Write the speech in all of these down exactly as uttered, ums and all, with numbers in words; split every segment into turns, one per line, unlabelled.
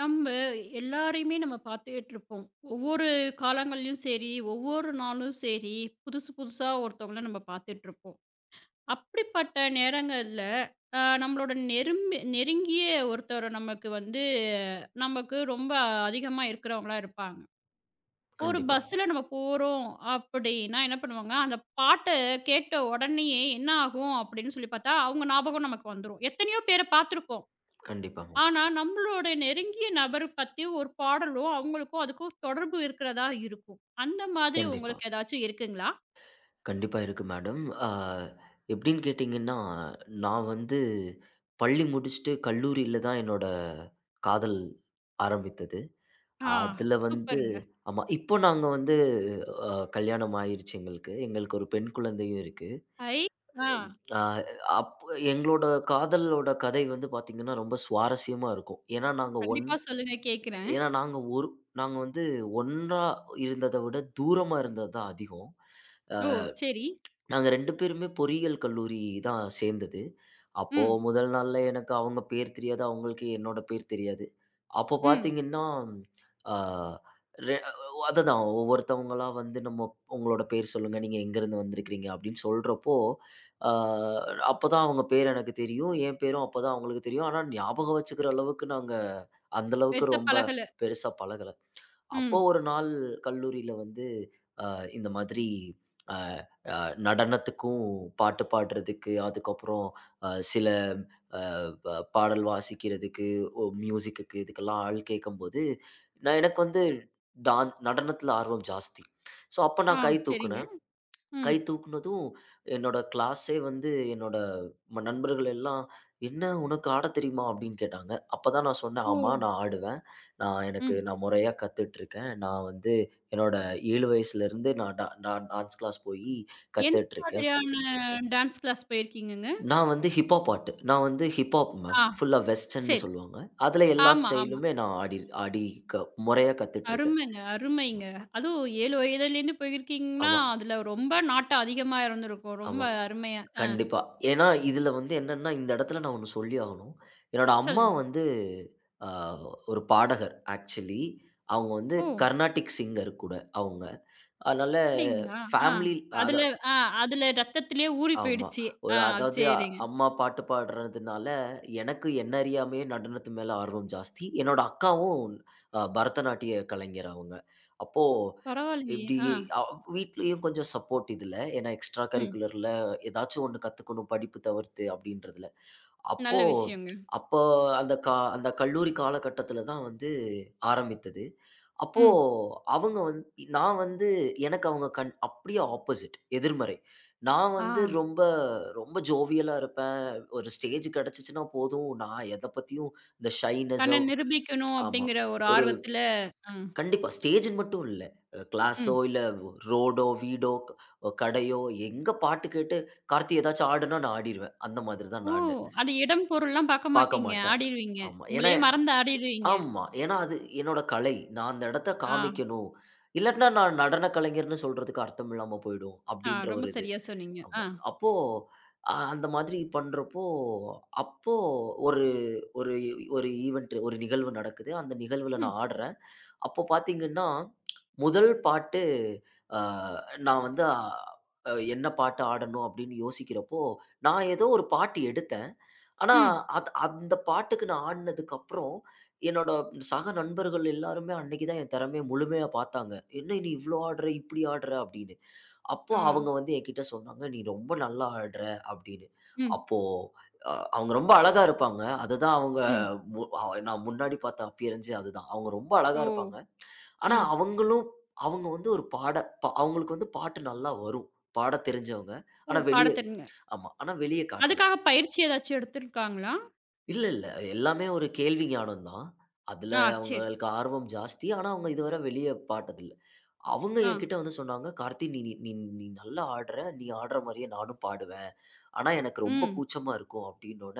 நம்ம எல்லாரையுமே நம்ம பார்த்துட்ருப்போம். ஒவ்வொரு காலங்கள்லயும் சரி, ஒவ்வொரு நாளும் சரி, புதுசு புதுசா ஒருத்தவங்கள நம்ம பார்த்துட்ருப்போம். அப்படிப்பட்ட நேரங்கள்ல, அ நம்மளோட நெரும்பி நெருங்கிய ஒருத்தர் நமக்கு வந்து நமக்கு ரொம்ப அதிகமா இருக்கிறவங்களா இருப்பாங்க. ஒரு
கண்டிப்பா.
பஸ்ஸில நம்ம போறோம் அப்படின்னா என்ன பண்ணுவாங்க, அந்த பாட்ட கேட்ட உடனேயே என்ன ஆகும் அப்படின்னு சொல்லி பார்த்தா, அவங்க ஞாபகம் நமக்கு வந்துரும். எத்தனையோ பேர பார்த்துருப்போம்.
கண்டிப்பாங்க.
ஆனா, நம்மளோட நெருங்கிய நபர பத்தி ஒரு பாடலும், அவங்களுக்கும் அதுக்கும் தொடர்பு இருக்கிறதா இருக்கும். அந்த மாதிரி
கண்டிப்பா.
உங்களுக்கு ஏதாச்சும் இருக்குங்களா?
கண்டிப்பா இருக்கு மேடம். அ எப்படின்னு கேட்டீங்கன்னா, நான் வந்து பள்ளி முடிச்சுட்டு கல்லூரியில தான் என்னோட காதல் ஆரம்பித்தது.
ஆ,
அதுல வந்து
சூப்பருங்க.
ஆமா. இப்போ நாங்க வந்து அ கல்யாணம் ஆயிருச்சு எங்களுக்கு. எங்களுக்கு ஒரு பெண் குழந்தையும் இருக்கு.
ஐ! ஆ,
அ அப் எங்களோட காதலோட கதை வந்து பாத்தீங்கன்னா, ரொம்ப சுவாரஸ்யமா இருக்கும். ஏன்னா நாங்க ஒன்
கண்டிப்பா சொல்லுங்க கேட்கிறேன்.
ஏன்னா நாங்க ஒரு நாங்க வந்து ஒன்றா இருந்தத விட தூரமா இருந்தது தான் அதிகம். அ
ஓ! சரி.
நாங்க ரெண்டு பேருமே பொறியியல் கல்லூரி தான் சேர்ந்தது. அப்போ
ம்,
முதல் நாள்ல எனக்கு அவங்க பேர் தெரியாது. அவங்களுக்கு என்னோட பேர் தெரியாது. அப்போ
ம்.
பார்த்தீங்கன்னா, ஆ ரெ அதுதான் ஒவ்வொருத்தவங்களா வந்து நம்ம உங்களோட பேர் சொல்லுங்க. நீங்க எங்கேருந்து வந்திருக்கிறீங்க அப்படின்னு சொல்றப்போ, ஆ அப்பதான் அவங்க பேர் எனக்கு தெரியும். என் பேரும் அப்பதான் அவங்களுக்கு தெரியும். ஆனா ஞாபகம் வச்சுக்கிற அளவுக்கு நாங்க அந்த அளவுக்கு
பெருசா
ரொம்ப
பழகல.
பெருசா பழகல. அப்போ
ம்.
ஒரு நாள் கல்லூரியில வந்து அ இந்த மாதிரி அ அ நடனத்துக்கும், பாட்டு பாடுறதுக்கு, அதுக்கப்புறம் அ சில அ ப பாடல் வாசிக்கிறதுக்கு, ஒ மியூசிக்குக்கு இதுக்கெல்லாம் ஆள் கேட்கும்போது, நான் எனக்கு வந்து டான் நடனத்தில ஆர்வம் ஜாஸ்தி. ஸோ அப்ப
ஆ,
நான் கை
சரிங்க.
தூக்குனேன். கை
ம்.
தூக்குனதும், என்னோட கிளாஸே வந்து என்னோட ம நண்பர்கள் எல்லாம், "என்ன உனக்கு ஆடத் தெரியுமா?" அப்படின்னு கேட்டாங்க. அப்ப தான் நான் சொன்னேன், "ஆமா,
ஓ!
நான் ஆடுவேன். நான் எனக்கு
ம்.
நான் முறையா கத்துட்ருக்கேன். நான் வந்து என்னோட ஏழு வயசுலேருந்து நான் டா நான் டான்ஸ் கிளாஸ் போயி
எந்த
கத்துட்ருக்கேன்.
மாதிரியான டான்ஸ் கிளாஸ் போயிருக்கீங்கங்க?
நான் வந்து ஹிப்-ஹாப் ஆட்டு. நான் வந்து ஹிப்-ஹாப் மேம்.
ஆ,
ஃபுல்லா வெஸ்டர்ன்னு
சரி.
சொல்லுவாங்க. அதுல எல்லா
ஆமா, ஆமா.
ஸ்டைலுமே நான் ஆடி ஆடி க முறையா கத்துட்ருக்கேன்."
அருமைங்க, அருமைங்க. அதுவும் ஏழு வயதிலேருந்து போயிருக்கீங்கன்னா,
ஆமா,
அதுல ரொம்ப நாட்டம் அதிகமா இருந்திருக்கும். ரொம்ப
ஆமா.
அருமையா
கண்டிப்பா. ஏன்னா, இதுல வந்து என்னன்னா, இந்த இடத்துல நான் ஒண்ணு சொல்லி ஆகணும். என்னோட அம்மா
சொல்லுங்க.
வந்து அ ஒரு பாடகர் ஆக்சுவலி. அவங்க வந்து
ஓ!
கர்நாடிக் சிங்கர் கூட அவங்க. அதனால
அப்படிங்களா? ஆ.
ஃபேமிலி அதா
அதுல ஆ அதுல ரத்தத்திலேயே ஊறி
ஆமா.
போயிடுச்சு.
ஒரு
ஆ
அதாவது அ-
சரிங்க.
அம்மா பாட்டு பாடுறதுனால, எனக்கு என்ன அறியாமயே நடனத்து மேல ஆர்வம் ஜாஸ்தி. என்னோட அக்காவும் அ பரதநாட்டிய கலைஞர் அவங்க. அப்போ
பரவாயில்லையே!
இப்டி
ஆ.
அ வீட்லயும் கொஞ்சம் சப்போர்ட் இதுல. ஏன்னா எக்ஸ்ட்ரா
ம்.
கரிக்குலர்ல ஏதாச்சும் ஒண்ணு கத்துக்கணும் படிப்பு தவிர்த்து அப்டின்றதுல. அப்போ
நல்ல விஷயங்க.
அப்போ அந்த கா அந்த கல்லூரி காலகட்டத்தில தான் வந்து ஆரம்பித்தது. அப்போ
ம்.
அவங்க வந் நான் வந்து எனக்கு அவங்க கண் அப்படியே ஆப்போசிட் எதிர்மறை. நான்
ஆ.
வந்து ரொம்ப ரொம்ப ஜோவியலா இருப்பேன். ஒரு ஸ்டேஜ் கிடைச்சுச்சுன்னா போதும், நான் எத பத்தியும் இந்த ஷைனஸோ
தன்னை நிரூபிக்கணும்
ஆமா.
அப்படிங்கிற ஒரு
ஒரு
ஆர்வத்துல ஆ.
கண்டிப்பா ஸ்டேஜ்ன்னு மட்டும் இல்ல. கிளாஸோ
ம்.
இல்ல ரோடோ, வீடோ, க- கடையோ எங்க பாட்டு கேட்டு கார்த்தி ஏதாச்சும் ஆடுனா நான் ஆடிருவேன். அந்த மாதிரி தான்
ஓ!
நானு.
அது இடம் பொருள்லாம் பார்க்க
பார்க்க
மாட்டீங்க.
மாட்டேன்.
ஆடிருவீங்க.
ஆமா. ஏன்னா
உங்களையே மறந்து ஆடிருவீங்க.
ஆமா. ஏன்னா, அது என்னோட கலை. நான் அந்த இடத்த
ஆ.
காமிக்கணும். இல்லாட்டினா, நான் நடன கலைஞர்ன்னு சொல்றதுக்கு அர்த்தம் இல்லாம போயிடும்.
ஆ
அப்படின்ற
ரொம்ப
ஒரு இது.
சரியா சொன்னீங்க. ஆ.
ஆமா. அப்போ அ அந்த மாதிரி பண்றப்போ, அப்போ ஒரு ஒரு ஒரு ஈவென்ட் ஒரு நிகழ்வு நடக்குது. அந்த நிகழ்வுல
ம்.
நான் ஆடுறேன். அப்போ பார்த்தீங்கன்னா, முதல் பாட்டு அ நான் வந்து அ என்ன பாட்டு ஆடணும் அப்படின்னு யோசிக்கிறப்போ, நான் ஏதோ ஒரு பாட்டு எடுத்தேன். ஆனா,
ம்.
அத் அந்த பாட்டுக்கு நான் ஆடுனதுக்கப்புறம், என்னோட சக நண்பர்கள் எல்லாருமே அன்னைக்கு தான் என் திறமைய முழுமையா பார்த்தாங்க. "என்ன நீ இவ்ளோ ஆடுற, இப்படி ஆடுற" அப்படின்னு. அப்போ
ஆ.
அவங்க வந்து என்கிட்ட சொன்னாங்க, "நீ ரொம்ப நல்லா ஆடுற" அப்படின்னு.
ம்.
அப்போ அ அவங்க ரொம்ப அழகா இருப்பாங்க. அதுதான் அவங்க
ம்.
மு அஹ், நான் முன்னாடி பார்த்த அப்பியரன்ஸே அதுதான். அவங்க ரொம்ப அழகா
ஓ!
இருப்பாங்க. ஆனா
ம்.
அவங்களும் அவங்க வந்து ஒரு பாட ப அவங்களுக்கு வந்து பாட்டு நல்லா வரும். பாடத் தெரிஞ்சவங்க.
ஓ!
ஆனா வெளிய
பாடத் தெரியுங்க.
ஆமா. ஆனா வெளிய காட்டல.
அதுக்காக பயிற்சி ஏதாச்சும் எடுத்திருக்காங்களா?
இல்ல, இல்ல. எல்லாமே ஒரு கேள்வி ஞானம் தான். அதுல
ஆ சரி.
அவங்களுக்கு ஆர்வம் ஜாஸ்தி. ஆனா அவங்க இதுவரை வெளிய பாட்டதில்ல. அவங்க
ஆ.
என்கிட்ட வந்து சொன்னாங்க, "கார்த்தி நீ நீ நீ நீ நல்லா ஆடுற. நீ ஆடுற மாரியே நானும் பாடுவேன். ஆனா எனக்கு ரொம்ப
ம்.
கூச்சமா இருக்கும்" அப்படின்னோன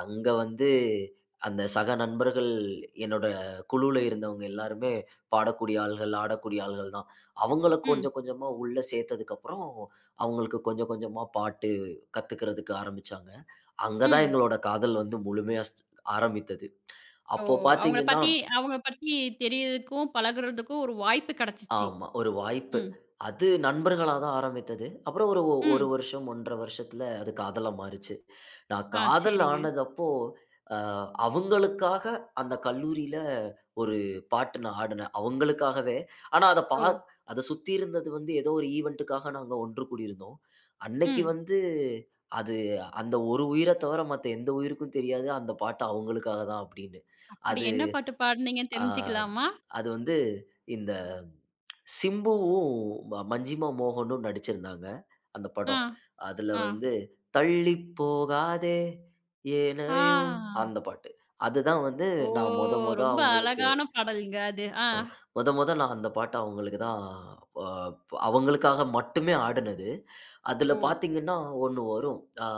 அங்க வந்து அந்த சக நண்பர்கள் என்னோட குழுல இருந்தவங்க எல்லாருமே பாடக்கூடிய ஆள்கள், ஆடக்கூடிய ஆள்கள் தான். அவங்கள
ம்.
கொஞ்சம் கொஞ்சமா உள்ள சேர்த்ததுக்கப்புறம், அவங்களுக்கு கொஞ்சம் கொஞ்சமா பாட்டு கத்துக்கிறதுக்கு ஆரம்பிச்சாங்க. அங்க தான்
ம்.
எங்களோட காதல் வந்து முழுமையா ஸ் ஆரம்பித்தது.
ஓ!
அப்போ
அவங்கள
பார்த்தீங்கன்னா
பத்தி அவங்கள பத்தி தெரியறதுக்கும், பழகுறதுக்கும் ஒரு வாய்ப்பு கிடைச்சிச்சு.
ஆமா. ஒரு வாய்ப்பு.
ம்.
அது நண்பர்களா தான் ஆரம்பித்தது. அப்புறம் ஒரு 1
ம்.
வருஷம், ஒன்றரை வருஷத்துல அது காதலா மாறுச்சு. நான்
ஆ
காதல்
சரிங்க.
ஆனதப்போ, அ அவங்களுக்காக அந்த கல்லூரியில ஒரு பாட்டு நான் ஆடுனேன். அவங்களுக்காகவே. ஆனா அத பா
ஓ!
அத சுத்தி இருந்தது வந்து ஏதோ ஒரு ஈவென்ட்டுக்காக நாங்க ஒன்று கூடியிருந்தோம். அன்னைக்கு
ம்.
வந்து அது அந்த ஒரு உயிர தவிர மத்த எந்த உயிருக்கும் தெரியாது. அந்த பாட்டு அவங்களுக்காக தான் அப்படின்னு.
அப்படி
அது
என்ன பாட்டு பாடுனீங்கன்னு
அ
தெரிஞ்சுக்கலாமா?
அது வந்து இந்த சிம்புவும் ம மஞ்சிமா மோகனும் நடிச்சிருந்தாங்க, அந்த
ஆ.
படம். அதுல
ஆ.
வந்து "தள்ளி போகாதே
ஆ.
ஏனையும்" அந்த பாட்டு. அதுதான் வந்து
ஓ!
நான் மொத மொத
ரொம்ப
அவங்களுக்கு
அழகான பாடல்ங்க அது. ஆ.
மொத மொத நான் அந்த பாட்ட அவங்களுக்கு தான் அ அவங்களுக்காக மட்டுமே ஆடுனது. அதுல
ஓ!
பார்த்தீங்கன்னா, ஒண்ணு வரும். ஆ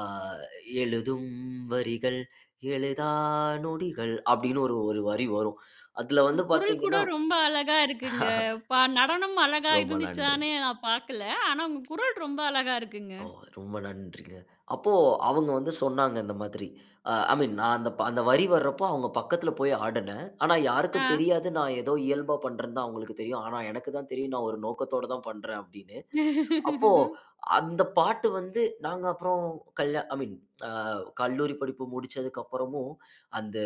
ஆ "எழுதும் வரிகள் எழுதா நொடிகள்" அப்படின்னு ஒரு ஒரு வரி வரும். அதுல
உங்க
வந்து
குரல் கூட
பார்த்தீங்கன்னா
ரொம்ப அழகா இருக்குங்க. பா நடனம் அழகா
ரொம்ப நன்றி.
இருந்துச்சான்னு நான் பார்க்கல. ஆனா உங்க குரல் ரொம்ப அழகா இருக்குங்க.
ஓ! ரொம்ப நன்றிங்க. அப்போ அவங்க வந்து சொன்னாங்க இந்த மாதிரி. அ ஐ மீன் நான் அந்த அந்த வரி வர்றப்போ அவங்க பக்கத்துல போய் ஆடுனேன். ஆனா
ஆ.
யாருக்கும் தெரியாது நான் ஏதோ இயல்பா பண்றேன்னு தான் அவங்களுக்கு தெரியும். ஆனா எனக்கு தான் தெரியும் நான் ஒரு நோக்கத்தோட தான் பண்றேன் அப்படின்னு. அப்போ அந்த பாட்டு வந்து நாங்க அப்புறம் கல்யா ஐ மீன் அ கல்லூரி படிப்பு முடிச்சதுக்கப்புறமும், அந்த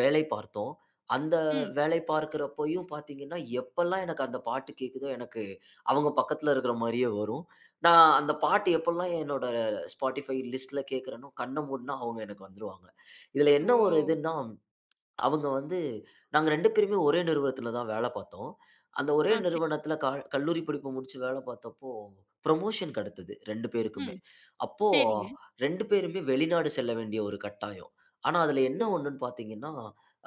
வேலை பார்த்தோம். அந்த
ம்.
வேலை பார்க்கிறப்பயும் பார்த்தீங்கன்னா, எப்பல்லாம் எனக்கு அந்த பாட்டு கேட்குதோ, எனக்கு அவங்க பக்கத்துல இருக்கிற மாரியே வரும். நான் அந்த பாட்டு எப்பல்லாம் என்னோட Spotify லிஸ்ட்ல கேட்கிறேனோ, கண்ண மூடுனா அவங்க எனக்கு வந்துருவாங்க. இதுல
ஓ!
என்ன ஒரு இதுன்னா அவங்க வந்து நாங்க ரெண்டு பேருமே ஒரே நிறுவனத்துல தான் வேல பார்த்தோம். அந்த ஒரே
ஆ சரி.
நிறுவனத்துல க கல்லூரி படிப்பு முடிச்சு வேல பார்த்தப்போ, புரமோஷன் கிடைத்தது ரெண்டு பேருக்குமே.
ம்.
அப்போ
சரிங்க.
ரெண்டு பேருமே வெளிநாடு செல்ல வேண்டிய ஒரு கட்டாயம். ஆனா, அதுல என்ன
ஓ!
ஒண்ணுன்னு பார்த்தீங்கன்னா,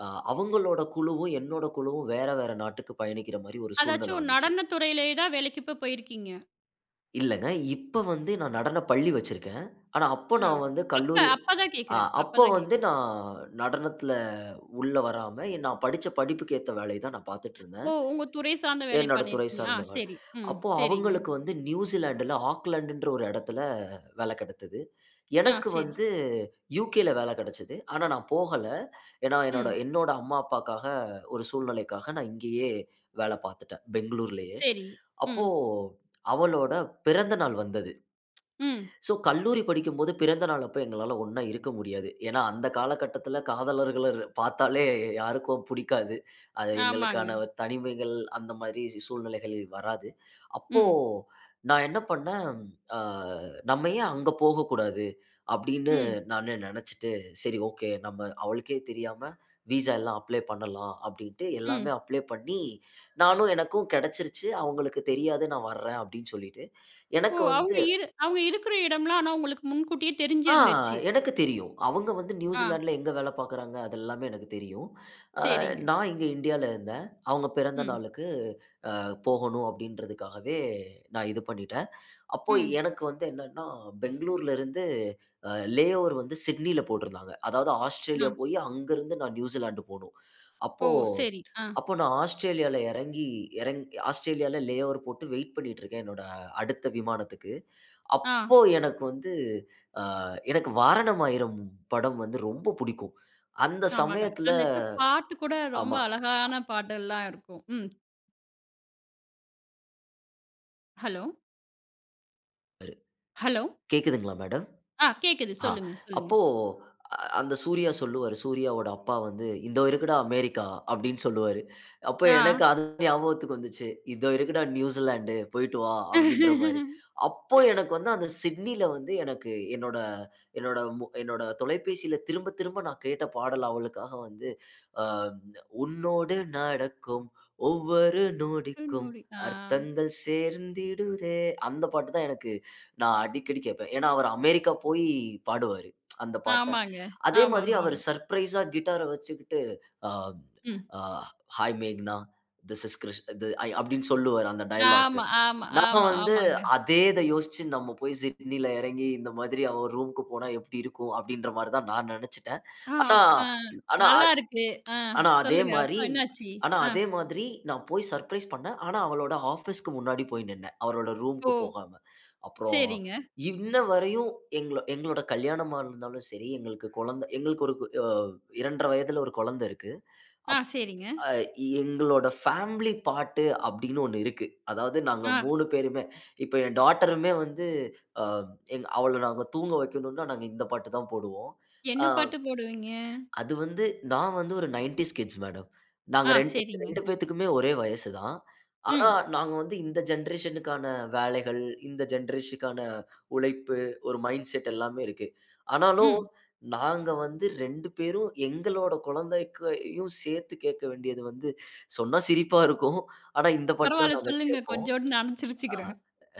அ அவங்களோட குழுவும், என்னோட குழுவும் வேற வேற நாட்டுக்கு பயணிக்கிற மாரி ஒரு சூழ்நிலை
அதாச்சும்
வந்துச்சு.
நடனத் துறையிலேயே தான் வேலைக்கு இப்ப போயிருக்கீங்க.
இல்லங்க. இப்ப வந்து நான் நடனப் பள்ளி வச்சிருக்கேன். ஆனா, அப்போ
ஆ.
நான் வந்து
அப்ப
கல்லூரி
அப்ப தான்
அ
கேட்கிறேன் அப்ப
அப்போ
தான்
வந்து
கேட்கிறேன்.
நான் நடனத்தில உள்ள வராம, எ- நான் படிச்ச படிப்புக்கு ஏத்த வேலைய தான் நான் பார்த்துட்டு இருந்தேன்.
ஓ! உங்க துறை சார்ந்த வேலை
என்னோட துறை
பண்ணியிருக்கீங்க. ஆ
சார்ந்த வேல.
சரி. ம்.
அப்போ
சரிங்க.
அவங்களுக்கு வந்து நியூசிலாண்டுல ஆக்லாண்டுன்ற ஒரு இடத்துல வேல கிடைத்தது.
ஆ
எனக்கு
சரி.
வந்து யுகேல வேல கிடைச்சது. ஆனா நான் போகல. ஏன்னா என்னோட
ம்.
என்னோட அம்மா, அப்பாக்காக ஒரு சூழ்நிலைக்காக நான் இங்கேயே வேல பார்த்துட்டேன். பெங்களூர்லயே.
சரி.
அப்போ
ம்.
அவளோட பிறந்த நாள் வந்தது.
ம்.
ஸோ கல்லூரி படிக்கும்போது பிறந்த நாள் அப்ப எங்களால ஒண்ணா இருக்க முடியாது. ஏன்னா, அந்த காலகட்டத்தில காதலர்கள ர் பார்த்தாலே யாருக்கும் புடிக்காது. அது
ஆமாங்க.
எங்களுக்கான ஒரு தனிமைகள் அந்த மாரி சூழ்நிலைகள் வராது. அப்போ
ம்.
நான் என்ன பண்ணேன், அ நம்ம ஏன் அங்க போகக்கூடாது அப்படின்னு
ம்.
நானு நெனச்சுட்டு, சரி ஓகே நம்ம அவளுக்கே தெரியாம விசா எல்லாம் அப்ளை பண்ணலாம் அப்படின்ட்டு எல்லாமே
ம்.
அப்ளை பண்ணி, நானும் எனக்கும் கெடச்சிருச்சு. அவங்களுக்கு தெரியாது நான் வர்றேன் அப்படின்னு சொல்லிட்டு,
ஓ!
எனக்கு வந்து
அவங்க இரு அவங்க இருக்கிற இடம்லாம் ஆனா உங்களுக்கு முன்கூட்டியே
ஆ
தெரிஞ்சிருந்துச்சு.
எனக்கு தெரியும். அவங்க வந்து
ஆ.
நியூசிலாந்துல எங்க வேலை பார்க்குறாங்க, அது எல்லாமே எனக்கு தெரியும். அ
சரிங்க.
நான் இங்க இந்தியால இருந்தேன். அவங்க பிறந்த
ம்.
நாளுக்கு அ போகணும் அப்படின்றதுக்காகவே நான் இது பண்ணிட்டேன். அப்போ
ம்.
எனக்கு வந்து என்னன்னா, பெங்களூர்ல இருந்து அ லே ஓவர் வந்து சிட்னில போட்டிருந்தாங்க. அதாவது
ஆ.
ஆஸ்திரேலியா போயி அங்கருந்து நான் நியூசிலாந்து போணும்.
ஓ!
அப்போ
சரி. ஆ.
அப்போ நான் ஆஸ்திரேலியால இறங்கி இறங் ஆஸ்திரேலியால லே ஓவர் போட்டு வெயிட் பண்ணிட்டு இருக்கேன், என்னோட அடுத்த விமானத்துக்கு.
ஆ.
அப்போ எனக்கு வந்து அ எனக்கு "வாரணம் ஆயிரம்" படம் வந்து ரொம்ப புடிக்கும். அந்த
ஆமாங்க.
சமயத்துல
அதுல இருக்க பாட்டு கூட ரொம்ப
ஆமா.
அழகான பாட்டெல்லாம் இருக்கும். ம். ஹலோ,
ஒரு
ஹலோ.
கேக்குதுங்களா மேடம்?
ஆ கேட்குது.
ஆ
சொல்லுங்க, சொல்லுங்க.
அப்போ அ அந்த சூர்யா சொல்லுவாரு. சூர்யாவோட அப்பா வந்து, "இந்தோ இருக்குடா அமெரிக்கா" அப்படின்னு சொல்லுவாரு. அப்போ
ஆ.
எனக்கு அது ஞாபகத்துக்கு வந்துச்சு. "இதோ இருக்குடா நியூசிலாந்து போயிட்டு வா" அப்படின்ற மாரி. அப்போ எனக்கு வந்து அந்த சிட்னில வந்து எனக்கு என்னோட என்னோட மு என்னோட தொலைபேசியில திரும்ப திரும்ப நான் கேட்ட பாடல் அவளுக்காக வந்து அ உன்னோடு நடக்கும் ஒவ்வொரு நொடிக்கும்
நூடி ஆ.
அர்த்தங்கள் சேர்ந்திடுதே. அந்த பாட்டு தான் எனக்கு நான் அடிக்கடி கேட்பேன். ஏன்னா, அவரு அமெரிக்கா போய் பாடுவாரு. அந்த பாட்ட.
ஆமாங்க.
அதே
ஆமா,
மாதிரி
ஆமா.
அவரு சர்ப்ரைஸா கிட்டார வச்சுக்கிட்டு, அ
ம்.
அ "ஹாய் மேக்னா, திஸ் இஸ் கிருஷ் இது" ஐ அப்படின்னு சொல்லுவாரு அந்த டயலாக்.
ஆமா, ஆமா,
நான்
ஆமா,
வந்து
ஆமாங்க.
அதேத யோசிச்சு நம்ம போய் சிட்னில இறங்கி இந்த மாதிரி அவன் ரூம்க்கு போனா எப்படி இருக்கும்? அப்படின்ற மாரி தான் நான் நெனச்சுட்டேன்.
ஆ,
ஆனா
ஆ
ஆனா
நல்லா இருக்கு. ஆ
ஆனா அதே
சொல்லுங்க.
மாரி
அப்புறம் என்னாச்சு?
ஆனா
ஆ.
அதே மாதிரி நான் போய் சர்ப்ரைஸ் பண்ணேன். ஆனா அவளோட ஆஃபீஸ்க்கு முன்னாடி போய் நின்னேன். அவரோட ரூம்க்கு
ஓ!
போகாம. அப்புறம்
சரிங்க.
இன்ன வரையும் எங்களோ எங்களோட கல்யாணமா இருந்தாலும் சரி, எங்களுக்கு குழந்தை எங்களுக்கு ஒரு அ ரெண்டரை வயதுல ஒரு குழந்தை இருக்கு.
ஆ,
அப்
சரிங்க.
அ எங்களோட ஃபேமிலி பாட்டு அப்படின்னு ஒண்ணு இருக்கு. அதாவது நாங்க
ஆ.
மூணு பேருமே இப்ப என் டாட்டருமே வந்து அ எங் அவள நாங்க தூங்க வைக்கணும்னா நாங்க இந்த பாட்டு தான் போடுவோம்.
என்ன
அ
பாட்டு போடுவீங்க?
அது வந்து நான் வந்து ஒரு தொண்ணூறுகள் கிட்ஸ் மேடம். நாங்க
ஆ,
2 எங்க
சரிங்க.
ரெண்டு பேத்துக்குமே ஒரே வயசு தான். ஆனா,
ம்,
நாங்க வந்து இந்த ஜெனரேஷனுக்கான வேலைகள், இந்த ஜெனரேஷனுக்கான உழைப்பு, ஒரு மைண்ட் செட் எல்லாமே இருக்கு. ஆனாலும்
ம்.
நாங்க வந்து ரெண்டு பேரும் எங்களோட குழந்தைக்கையும் சேர்த்து கேட்க வேண்டியது வந்து, சொன்னா சிரிப்பா இருக்கும். ஆனா இந்த பாட்டு தான்
பரவால்ல
நாங்க
சொல்லுங்க.
கேட்போம்.
கொஞ்சோண்டு நானும் சிரிச்சுக்கிறேன்.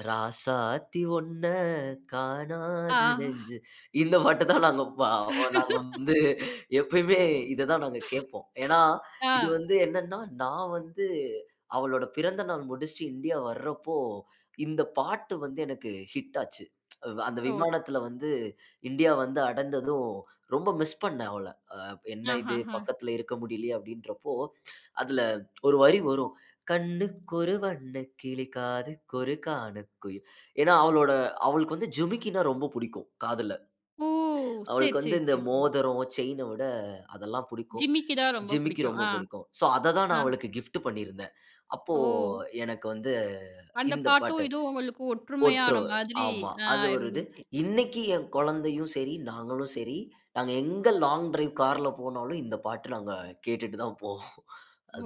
ராசாத்தி ஒன்ன
ஆ,
காணாத நெஞ்சு. இந்த பாட்டு தான் நாங்க பா நாங்க வந்து எப்பயுமே இததான் நாங்க கேட்போம். ஏன்னா,
ஆ.
இது வந்து என்னன்னா, நான் வந்து அவளோட பிறந்த நாள் முடிச்சுட்டு இந்தியா வர்றப்போ, இந்த பாட்டு வந்து எனக்கு ஹிட் ஆச்சு. அஹ் அந்த
ஓ!
விமானத்துல வந்து இந்தியா வந்து அடைந்ததும் ரொம்ப மிஸ் பண்ணேன் அவள. அ என்ன இது
ஆஹஹா.
பக்கத்துல இருக்க முடியலையே அப்படின்றப்போ, அதுல ஒரு வரி வரும். கண்ணுக்கொரு வண்ணக் கிளி காதுக்கொரு கானக்குயில். ஏன்னா, அவளோட அவளுக்கு வந்து ஜிமிக்கின்னா ரொம்ப புடிக்கும் காதுல.
ஓ! சரி,
அவளுக்கு வந்து
சரி,
இந்த
சரி, சரி.
மோதிரம், செயின விட அதெல்லாம் புடிக்கும்.
ஜிமிக்கி தான் ரொம்ப
ஜிமிக்கி
பிடிக்கும்.
ரொம்ப
ஆ,
புடிக்கும். ஸோ, அத தான் நான்
ஆ.
அவளுக்கு கிஃப்ட் பண்ணியிருந்தேன். அப்போ
ஓ!
எனக்கு வந்து
அந்த
இந்த
பாட்டும்,
பாட்டு
இதுவும் உங்களுக்கு ஒற்றுமையான
"ஒற்றோர்"
மாதிரி
ஆமா.
அ
அது ஒரு இது.
இருந்துச்சு.
இன்னைக்கு என் குழந்தையும் சரி, நாங்களும் சரி, நாங்க எங்க லாங் டிரைவ் கார்ல போனாலும் இந்த பாட்டு நாங்க கேட்டுட்டு தான் போவோம்.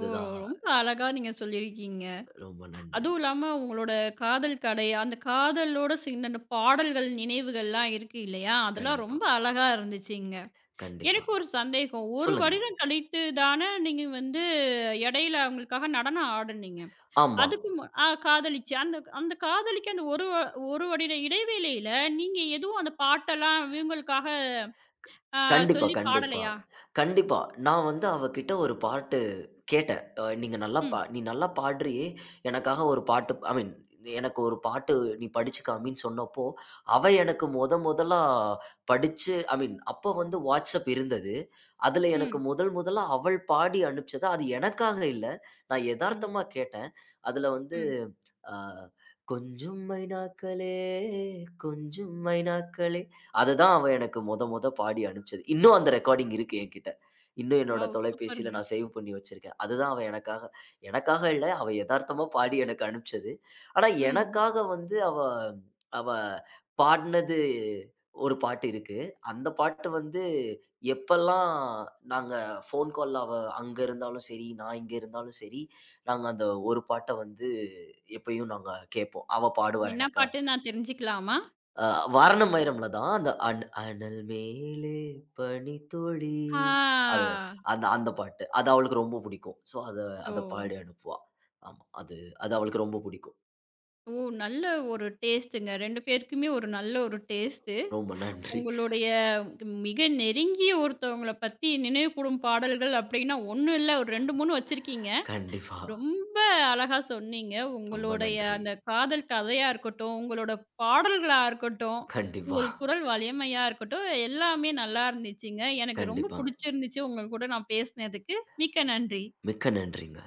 ஓ! ரொம்ப அழகா நீங்க சொல்லியிருக்கீங்க.
ரொம்ப நன்றி.
அதுவும் இல்லாம உங்களோட காதல் கடை, அந்த காதலோட சேர்ந்த அந்த பாடல்கள், நினைவுகள்லாம் இருக்கு இல்லையா? அதெல்லாம்
கண்டிப்பா,
ரொம்ப அழகா இருந்துச்சுங்க.
கண்டிப்பா.
எனக்கு ஒரு சந்தேகம். ஒரு
சொல்லுங்க.
வருடம் கழித்து தானே நீங்க வந்து இடையில அவங்களுக்காக நடனம் ஆடுனீங்க.
ஆமா.
அதுக்கு மு அ காதலிச்சு. அந்த அந்த காதலிக்கு அந்த ஒரு வ- ஒரு வருட இடைவேளையில நீங்க எதுவும் அந்த பாட்டெல்லாம் இவங்களுக்காக அ
கண்டிப்பா,
சொல்லி
கண்டிப்பா.
பாடலையா?
கண்டிப்பா. நான் வந்து அவகிட்ட ஒரு பாட்டு கேட்டேன். அ "நீங்க நல்லா பா
ம்,
நீ நல்லா பாடுறியே! எனக்காக ஒரு பாட்டு ஐ மீன் எனக்கு ஒரு பாட்டு நீ படிச்சு காமின்னு" சொன்னப்போ, அவ எனக்கு மொத மொதலா படிச்சு ஐ மீன் அப்ப வந்து WhatsApp இருந்தது. அதுல எனக்கு
ம்,
முதல் முதலா அவள் பாடி அனுப்பிச்சது. அது எனக்காக இல்ல. நான்
ம்.
எதார்த்தமா கேட்டேன். அதுல வந்து
ம்.
அ "கொஞ்சும் மைனாக்களே, கொஞ்சும் மைனாக்களே அதுதான் அவ எனக்கு மொத மொத பாடி அனுப்பிச்சது. இன்னும் அந்த ரெக்கார்டிங் இருக்கு என்கிட்ட. இன்னும் என்னோட
வாவ்!
தொலைபேசியில
சூப்பருங்க.
நான் சேவ் பண்ணி வச்சிருக்கேன். அதுதான் அவ எனக்காக எனக்காக இல்ல, அவ எதார்த்தமா பாடி எனக்கு அனுப்பிச்சது. ஆனா,
ம்.
எனக்காக வந்து அவ அவ பாடுனது ஒரு பாட்டு இருக்கு. அந்த பாட்டு வந்து எப்பல்லாம் நாங்க ஃபோன் கால்ல அவ அங்க இருந்தாலும் சரி, நான் இங்க இருந்தாலும் சரி, நாங்க அந்த ஒரு பாட்ட வந்து எப்பயும் நாங்க கேட்போம். அவ பாடுவா
என்ன
எனக்காக.
பாட்டுன்னு நான் தெரிஞ்சுக்கலாமா?
அ "வாரணமயிரம்ல" தான் அந்த அன் "அனல் மேலே பனித்துளி"
ஆ.
அது அந்த அந்த பாட்டு. அது அவளுக்கு ரொம்ப புடிக்கும். ஸோ அத
ஓ!
அத பாடி அனுப்புவா. ஆமா. அது அது அவளுக்கு ரொம்ப புடிக்கும்.
ஓ! நல்ல ஒரு டேஸ்ட்டுங்க. இரண்டு பேருக்குமே ஒரு நல்ல ஒரு டேஸ்ட்டு.
ரொம்ப நன்றி.
உங்களுடைய மிக நெருங்கிய ஒருத்தவங்கள பத்தி நினைவுகூரும் பாடல்கள் அப்படின்னா, ஒன்று இல்ல ஒரு இரண்டு, மூன்று வச்சிருக்கீங்க.
கண்டிப்பா.
ரொம்ப அழகா சொன்னீங்க.
ரொம்ப
உங்களுடைய
நன்றி.
அந்த காதல் கதையா இருக்கட்டும், உங்களோட பாடல்களா இருக்கட்டும்,
கண்டிப்பா,
உங்கள் குரல் வலிமையா இருக்கட்டும், எல்லாமே நல்லா இருந்துச்சுங்க. எனக்கு ரொம்ப
கண்டிப்பா.
புடிச்சிருந்துச்சு உங்க கூட நான் பேசினதுக்கு. மிக்க நன்றி.
மிக்க நன்றிங்க.